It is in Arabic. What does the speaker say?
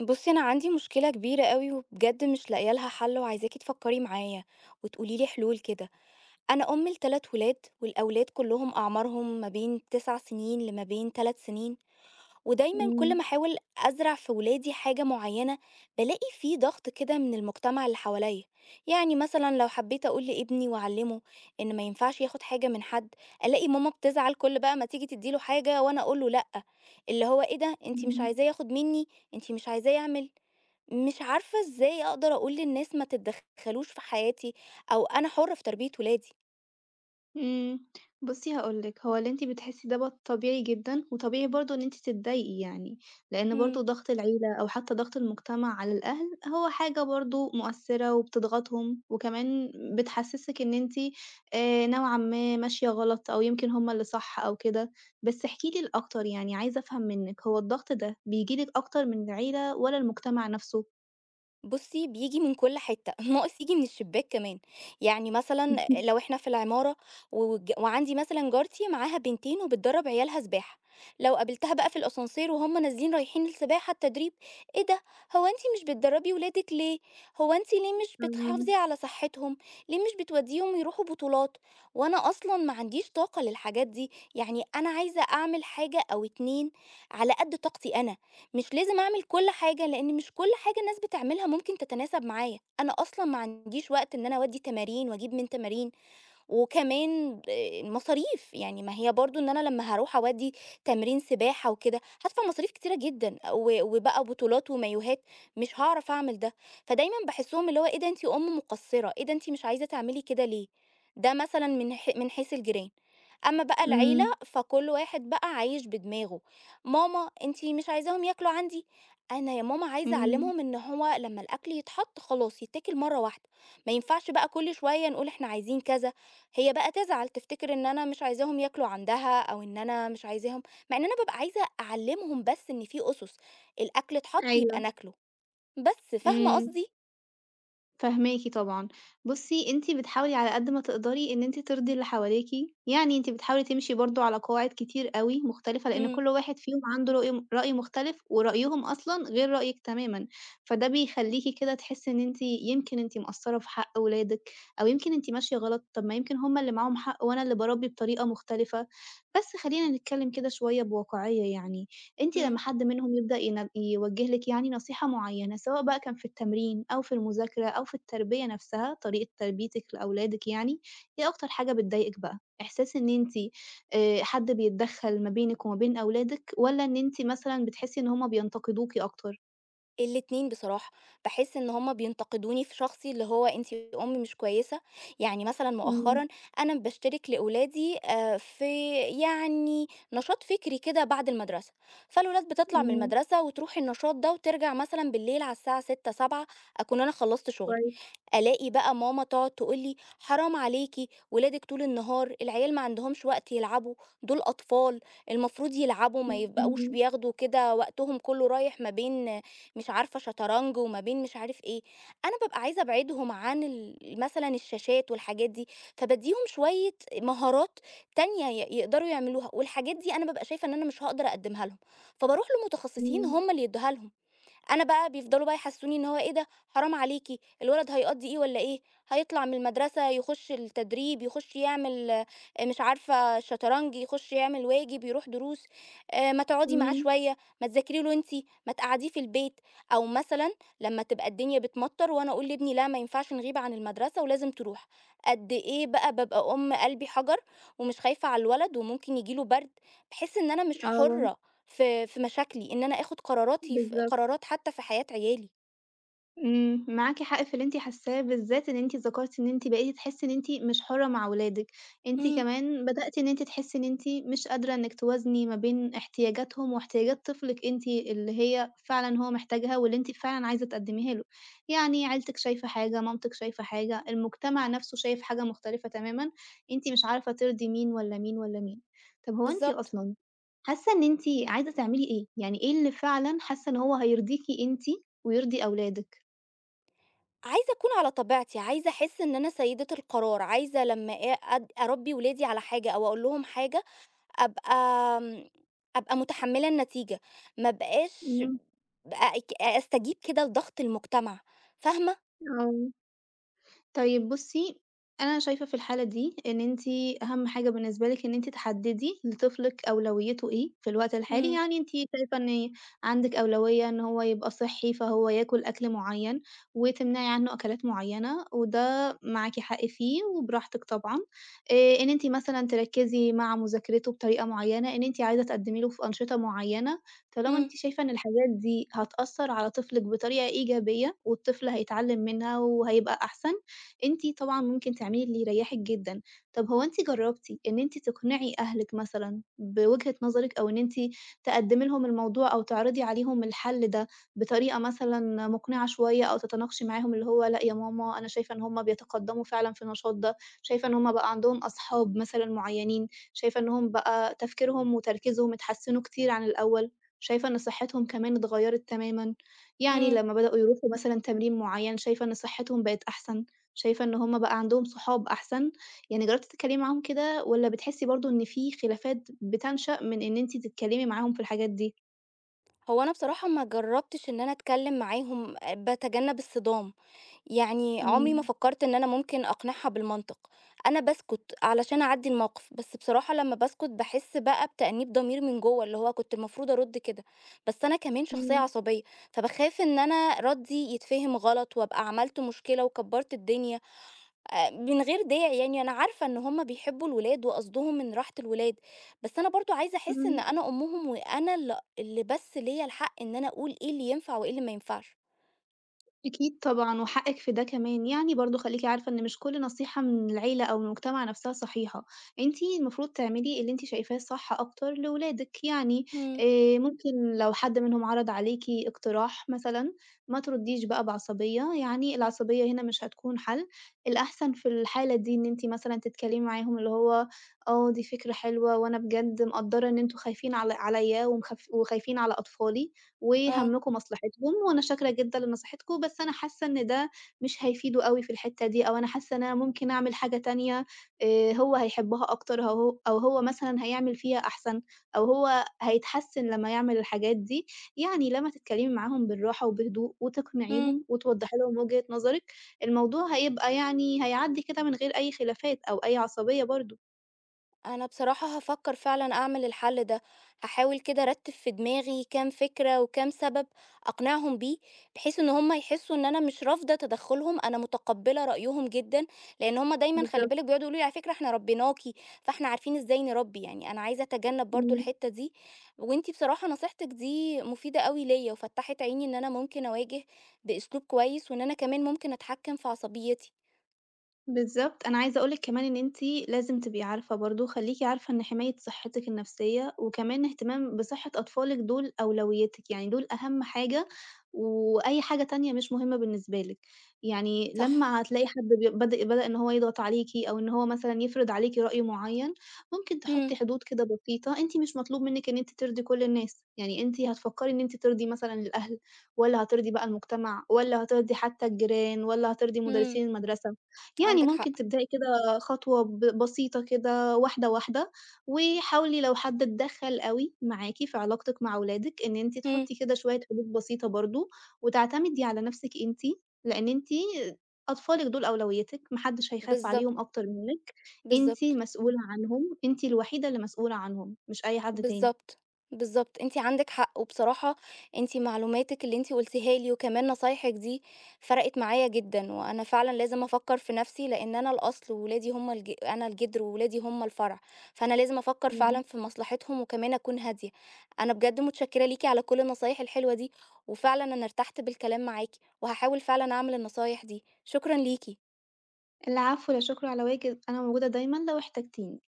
بُصّي، أنا عندي مشكلة كبيرة أوي وبجد مش لاقية لها حل وعايزاكِ تفكّري معايا وتقولي لي حلول كده. أنا أم ل3 ولاد والأولاد كلّهم أعمارهم ما بين 9 سنين لما بين 3 سنين، ودايمًا كل إمم، ما أحاول أزرع في ولادي حاجة معيّنة، بالاقي في ضغط كده من المجتمع اللي حواليّا. يعني مثلًا لو حبّيت أقول لابني وأعلّمه إن ما ينفعش ياخُد حاجة من حد، ألاقي ماما بتزعل كل بقى ما تيجي تدّي له حاجة وأنا أقول له لأ، اللي هو إيه ده، أنتِ مش إمم، عايزاه ياخُد منّي، أنتِ مش عايزاه يعمل. مش عارفة إزاي أقدر أقول للناس ما تتدخلوش في حياتي أو أنا حرة في تربية ولادي. إمم. بُصّي هاقول لِك، هو اللي أنتِ بتحسّي دوّة طبيعي جدًا، وطبيعي برضه إن أنتِ تتضايقي يعني، لإن إمم. برضه ضغط العيلة أو حتى ضغط المجتمع على الأهل هو حاجة برضه مؤثّرة وبتضغطهم، وكمان بتحسّسِك إن أنتِ نوعًا ما ماشية غلط أو يمكن هم اللي صح أو كده. بس احكي لي الأكتر يعني، عايزة أفهم منِّك هو الضغط ده بييجي لِك أكتر من العيلة والّا المجتمع نَفْسه؟ بُصّي، بييجي من كل حتّة، ناقص ييجي من الشباك كمان، يعني مثلًا لو إحنا في العمارة وعندي مثلًا جارتي معاها بنتين وبتدرّب عيالها سباحة، لو قابلتها بقى في الascenseur وهُم نازلين رايحين السباحة التدريب، إيه ده، هو أنتِ مش بتدرّبي ولادِك ليه؟ هو أنتِ ليه مش آه، بتحافظي على صحتهم، ليه مش بتودّيهم يروحوا بطولات؟ وأنا أصلًا ما عنديش طاقة للحاجات دي، يعني أنا عايزة أعمل حاجة أو 2 على قد طاقتي أنا. مش لازم أعمل كل حاجة، لإن مش كل حاجة الناس بتعملها ممكن تتناسب معايا، أنا أصلًا ما عنديش وقت إن أنا أودّي تمارين وأجيب من تمارين، وكمان المصاريف، يعني ما هي برضه إن أنا لمّا هاروح أودّي تمرين سباحة وكده، هادفع مصاريف كتيرة جدًا و وبقى بطولات ومايوهات، مش هاعرف أعمل ده، فدايمًا باحسّهم اللي هو إيه ده أنتِ أُم مقصّرة، إيه ده أنتِ مش عايزة تعملي كده ليه؟ ده مثلًا من حيث الجيران. أمّا بقى العيلة، إمم، فكل واحد بقى عايش بدماغه، ماما أنتِ مش عايزاهم ياكلوا عندي؟ أنا يا ماما عايزة إمم، أعلّمهم إن هو لمّا الأكل يتحط خلاص يتاكل مرّة واحدة، ما ينفعش بقى كل شوية نقول إحنا عايزين كذا، هي بقى تزعل، تفتكر إن أنا مش عايزاهم ياكلوا عندها أو إن أنا مش عايزاهم مع إن أنا بابقى عايزة أعلّمهم بس إن في أُسس، الأكل اتحط يبقى أيوه، ناكله، بس فاهمة إمم. قصدي؟ فاهماكِ طبعًا. بُصّي، أنتِ بتحاولي على قد ما تقدري إن أنتِ ترضي اللي حواليكِ، يعني أنتِ بتحاولي تمشي برضه على قواعد كتير أوي مختلفة، لإن إمم، كل واحد فيهم عنده رأي مختلف، ورأيهم أصلًا غير رأيِك تمامًا، فده بيخلّيكِ كده تحسّي إن أنتِ يمكن أنتِ مقصّرة في حق ولادِك، أو يمكن أنتِ ماشية غلط، طب ما يمكن هُم اللي معاهم حق وأنا اللي باربّي بطريقة مختلفة. بس خلّينا نتكلّم كده شوية بواقعية يعني، أنتِ لمّا إمم، حد منهم يبدأ يوجّه لِك يعني نصيحة معيّنة، سواء بقى كان في التمرين أو في المذاكرة أو في التربية نفسها، طريقة تربيتِك لأولادِك يعني، إيه أكتر حاجة بتضايقِك بقى؟ إحساس إن أنتِ حد بيتدخّل ما بينِك وما بين أولادِك، والّا إن أنتِ مثلًا بتحسّي إن هُم بينتقدوكِ أكتر؟ الاتنين بصراحة، باحس إن هُم بينتقدوني في شخصي اللي هو أنتِ أم مش كويسة، يعني مثلًا إمم، مؤخرًا أنا باشترك لأولادي في يعني نشاط فكري كده بعد المدرسة، فالولاد بتطلع من إمم، المدرسة وتروح النشاط ده وترجع مثلًا بالليل على الساعة 18:00، 19:00 أكون أنا خلّصت شغلي. كويس، ألاقي بقى ماما تقعد تقول لي: "حرام عليكِ ولادِك طول النهار، العيال ما عندهمش وقت يلعبوا، دول أطفال، المفروض يلعبوا ما يبقوش إمم، بياخدوا كده وقتهم كُلّه رايح ما بين مش عارفة شطرنج وما بين مش عارف إيه." أنا بابقى عايزة أبعدهم عن مثلًا الشاشات والحاجات دي، فبادّيهم شوية مهارات تانية يقدروا يعملوها، والحاجات دي أنا بابقى شايفة إن أنا مش هاقدر أقدّمها لهم، فباروح لمتخصصين إمم، هم اللي يدّوها لهم. أنا بقى بيفضلوا بقى يحسسوني إن هو إيه ده حرام عليكِ، الولد هيقضّي إيه والّا إيه، هيطلع من المدرسة يخش التدريب، يخش يعمل مش عارفة شطرنج، يخش يعمل واجب، يروح دروس، ما تقعدي معاه إمم، شوية، ما تذاكري له أنتِ، ما تقعّديه في البيت، أو مثلًا لمّا تبقى الدنيا بتمطَّر وأنا أقول لابني لأ ما ينفعش نغيب عن المدرسة ولازم تروح، قد إيه بقى بابقى أم قلبي حجر ومش خايفة على الولد وممكن ييجي له برد، باحس إن أنا مش آه، حُرة. في مشاكلي، إن أنا آخُد قراراتي بالضبط. قرارات حتّى في حياة عيالي. إمم، معاكِ حق في اللي أنتِ حاسّاه، بالذات إن أنتِ ذكرتِ إن أنتِ بقيتِ تحسّي إن أنتِ مش حُرّة مع ولادِك، أنتِ إمم، كمان بدأتِ إن أنتِ تحسّي إن أنتِ مش قادرة إنِّك توازني ما بين احتياجاتهم واحتياجات طفلِك أنتِ، اللي هي فعلًا هو محتاجها واللي أنتِ فعلًا عايزة تقدّميها له، يعني عيلتِك شايفة حاجة، مامتِك شايفة حاجة، المجتمع نَفْسه شايف حاجة مختلفة تمامًا، أنتِ مش عارفة ترضي مين والّا مين والّا مين. طَب هو أنتِ بالضبط. أصلًا حاسة إن أنتِ عايزة تعملي إيه؟ يعني إيه اللي فعلًا حاسة إن هو هيرضيكِ أنتِ ويرضي أولادِك؟ عايزة أكون على طبيعتي، عايزة أحس إن أنا سيدة القرار، عايزة لمّا آ أد أربّي ولادي على حاجة أو أقول لهم حاجة، أبقى آمم، أبقى متحمّلة النتيجة، ما أبقاش إمم، بقى أستجيب كده لضغط المجتمع، فاهمة؟ آه. طيب بُصّي، أنا شايفة في الحالة دي إن أنتِ أهم حاجة بالنسبة لِك إن أنتِ تحدّدي لطفلِك أولويته إيه في الوقت الحالي، إمم، يعني أنتِ شايفة إن عندِك أولوية إن هو يبقى صحّي، فهو ياكل أكل معيّن وتمنعي عنّه أكلات معيّنة وده معاكِ حق فيه وبراحتِك طبعًا. إن أنتِ مثلًا تركّزي مع مذاكرته بطريقة معيّنة، إن أنتِ عايزة تقدّمي له في أنشطة معيّنة، طالما إمم، أنتِ شايفة إن الحاجات دي هتأثّر على طفلِك بطريقة إيجابية والطفل هيتعلّم منها وهيبقى أحسن أنتِ طبعًا ممكن تعملي اللي يريّحِك جدًا. طب هو أنتِ جرّبتِ إن أنتِ تقنعي أهلِك مثلًا بوجهة نظرِك أو إن أنتِ تقدّمي لهم الموضوع أو تعرضي عليهم الحل ده بطريقة مثلًا مقنعة شوية أو تتناقشي معاهم اللي هو لأ يا ماما أنا شايفة إن هم بيتقدّموا فعلًا في النشاط ده، شايفة إن هم بقى عندهم أصحاب مثلًا معيّنين، شايفة إن هم بقى تفكيرهم وتركيزهم اتحسّنوا كتير عن الأول، شايفة إن صحّتهم كمان اتغيّرت تمامًا، يعني إمم. لمّا بدأوا يروحوا مثلًا تمرين معيّن شايفة إن صحّتهم بقت أحسن. شايفة إن هُم بقى عندهم صحاب أحسن، يعني جرّبتِ تتكلّمي معاهم كده والّا بتحسّي برضه إن في خلافات بتنشأ من إن أنتِ تتكلّمي معاهم في الحاجات دي؟ هو أنا بصراحة ما جرّبتش إن أنا أتكلّم معاهم، باتجنّب الصِّدام. يعني عمري ما إمم، فكرت إن أنا ممكن أقنعها بالمنطق، أنا باسكت علشان أعدّي الموقف، بس بصراحة لمّا باسكت باحس بقى بتأنيب ضمير من جوّه، اللي هو كنت المفروض أرُد كده، بس أنا كمان شخصية إمم، عصبية، فباخاف إن أنا ردّي يتفهم غلط وأبقى عملت مشكلة وكبّرت الدنيا من غير داعي يعني، أنا عارفة إن هم بيحبّوا الولاد وقصدهم من راحة الولاد، بس أنا برضه عايزة أحس إن إمم. أنا أمهم وأنا اللي بس ليّا الحق إن أنا أقول إيه اللي ينفع وإيه اللي ما ينفعش. أكيد طبعًا، وحقِك في ده كمان، يعني برضه خلّيكِ عارفة إن مش كل نصيحة من العيلة أو المجتمع نفسها صحيحة، أنتِ المفروض تعملي اللي أنتِ شايفاه صح أكتر لولادِك، يعني إمم، ممكن لو حد منهم عرض عليكِ اقتراح مثلًا، ما تردّيش بقى بعصبية، يعني العصبية هنا مش هتكون حل، الأحسن في الحالة دي إن أنتِ مثلًا تتكلمي معاهم اللي هو آه، دي فكرة حلوة وأنا بجد مقدّرة إن أنتم خايفين على عليَّ ومخاف وخايفين على أطفالي. آه، وهمّكم مصلحتهم، وأنا شاكرة جدًا لنصيحتكم، بس أنا حاسة إن ده مش هيفيده أوي في الحتّة دي، أو أنا حاسة إن أنا ممكن أعمل حاجة تانية هو هيحبها أكتر، أو أو هو مثلًا هيعمل فيها أحسن، أو هو هيتحسّن لمّا يعمل الحاجات دي. يعني لمّا تتكلمي معاهم بالراحة وبهدوء إمم. وتقنعيهم وتوضّحي لهم وجهة نظرِك، الموضوع هيبقى يعني هيعدّي كده من غير أي خلافات أو أي عصبية برضه. أنا بصراحة هافكر فعلًا أعمل الحل ده، هاحاول كده أرتّب في دماغي كام فكرة وكام سبب أقنعهم بيه، بحيث إن هم يحسّوا إن أنا مش رافضة تدخُّلهم، أنا متقبّلة رأيهم جدًا، لإن هم دايمًا خلّي بالضبط، بالِك بيقعدوا يقولوا لي على فكرة إحنا ربيناكِ، فإحنا عارفين إزاي نربّي، يعني أنا عايزة أتجنّب برضه إمم. الحتّة دي، وأنتِ بصراحة نصيحتِك دي مفيدة أوي ليّا وفتّحت عيني إن أنا ممكن أواجه بأسلوب كويس وإن أنا كمان ممكن أتحكّم في عصبيتي، بالضبط، أنا عايزة أقول لِك كمان إن أنتِ لازم تبقي عارفة برضه، خلّيكِ عارفة إن حماية صحتِك النفسية وكمان اهتمام بصحة أطفالِك دول أولويتِك، يعني دول أهم حاجة، وأي حاجة تانية مش مهمة بالنسبة لِك، يعني صح، لمّا هتلاقي حد بي بدأ بدأ إن هو يضغط عليكِ أو إن هو مثلًا يفرض عليكِ رأي معيّن، ممكن إمم، تحطّي حدود كده بسيطة، أنتِ مش مطلوب منِّك إن أنتِ ترضي كل الناس، يعني أنتِ هتفكّري إن أنتِ ترضي مثلًا الأهل والّا هترضي بقى المجتمع والّا هترضي حتى الجيران والّا هترضي إمم، مدرسين المدرسة. يعني عندِك حق، ممكن تبدئي كده خطوة بسيطة كده واحدة، واحدة، وحاولي لو حد اتدخّل أوي معاكِ في علاقتِك مع ولادِك، إن أنتِ إمم، تحطّي كده شوية حدود بسيطة برضه، وتعتمدي على نَفْسِك أنتِ، لإن أنتِ أطفالِك دول أولويتِك، ما حدش هيخاف بالضبط. عليهم أكتر منِّك، أنتِ بالضبط، مسؤولة عنهم، أنتِ الوحيدة اللي مسؤولة عنهم، مش أي حد تاني. بالضبط، بالضبط، أنتِ عندِك حق، وبصراحة أنتِ معلوماتِك اللي أنتِ قُلتيها لي وكمان نصايحِك دي فرقِت معايا جدًا، وأنا فعلًا لازم أفكّر في نَفْسي لإن أنا الأصل وولادي هم أنا الجدر وولادي هم الفرع، فأنا لازم أفكّر فعلًا إمم. في مصلحتهم وكمان أكون هادية. أنا بجد متشكّرة ليكِ على كل النصايح الحلوة دي، وفعلًا أنا ارتحت بالكلام معاكِ، وهاحاول فعلًا أعمل النصايح دي، شكرًا ليكِ. العفو، لا شكر على واجب، أنا موجودة دايمًا لو احتجتيني.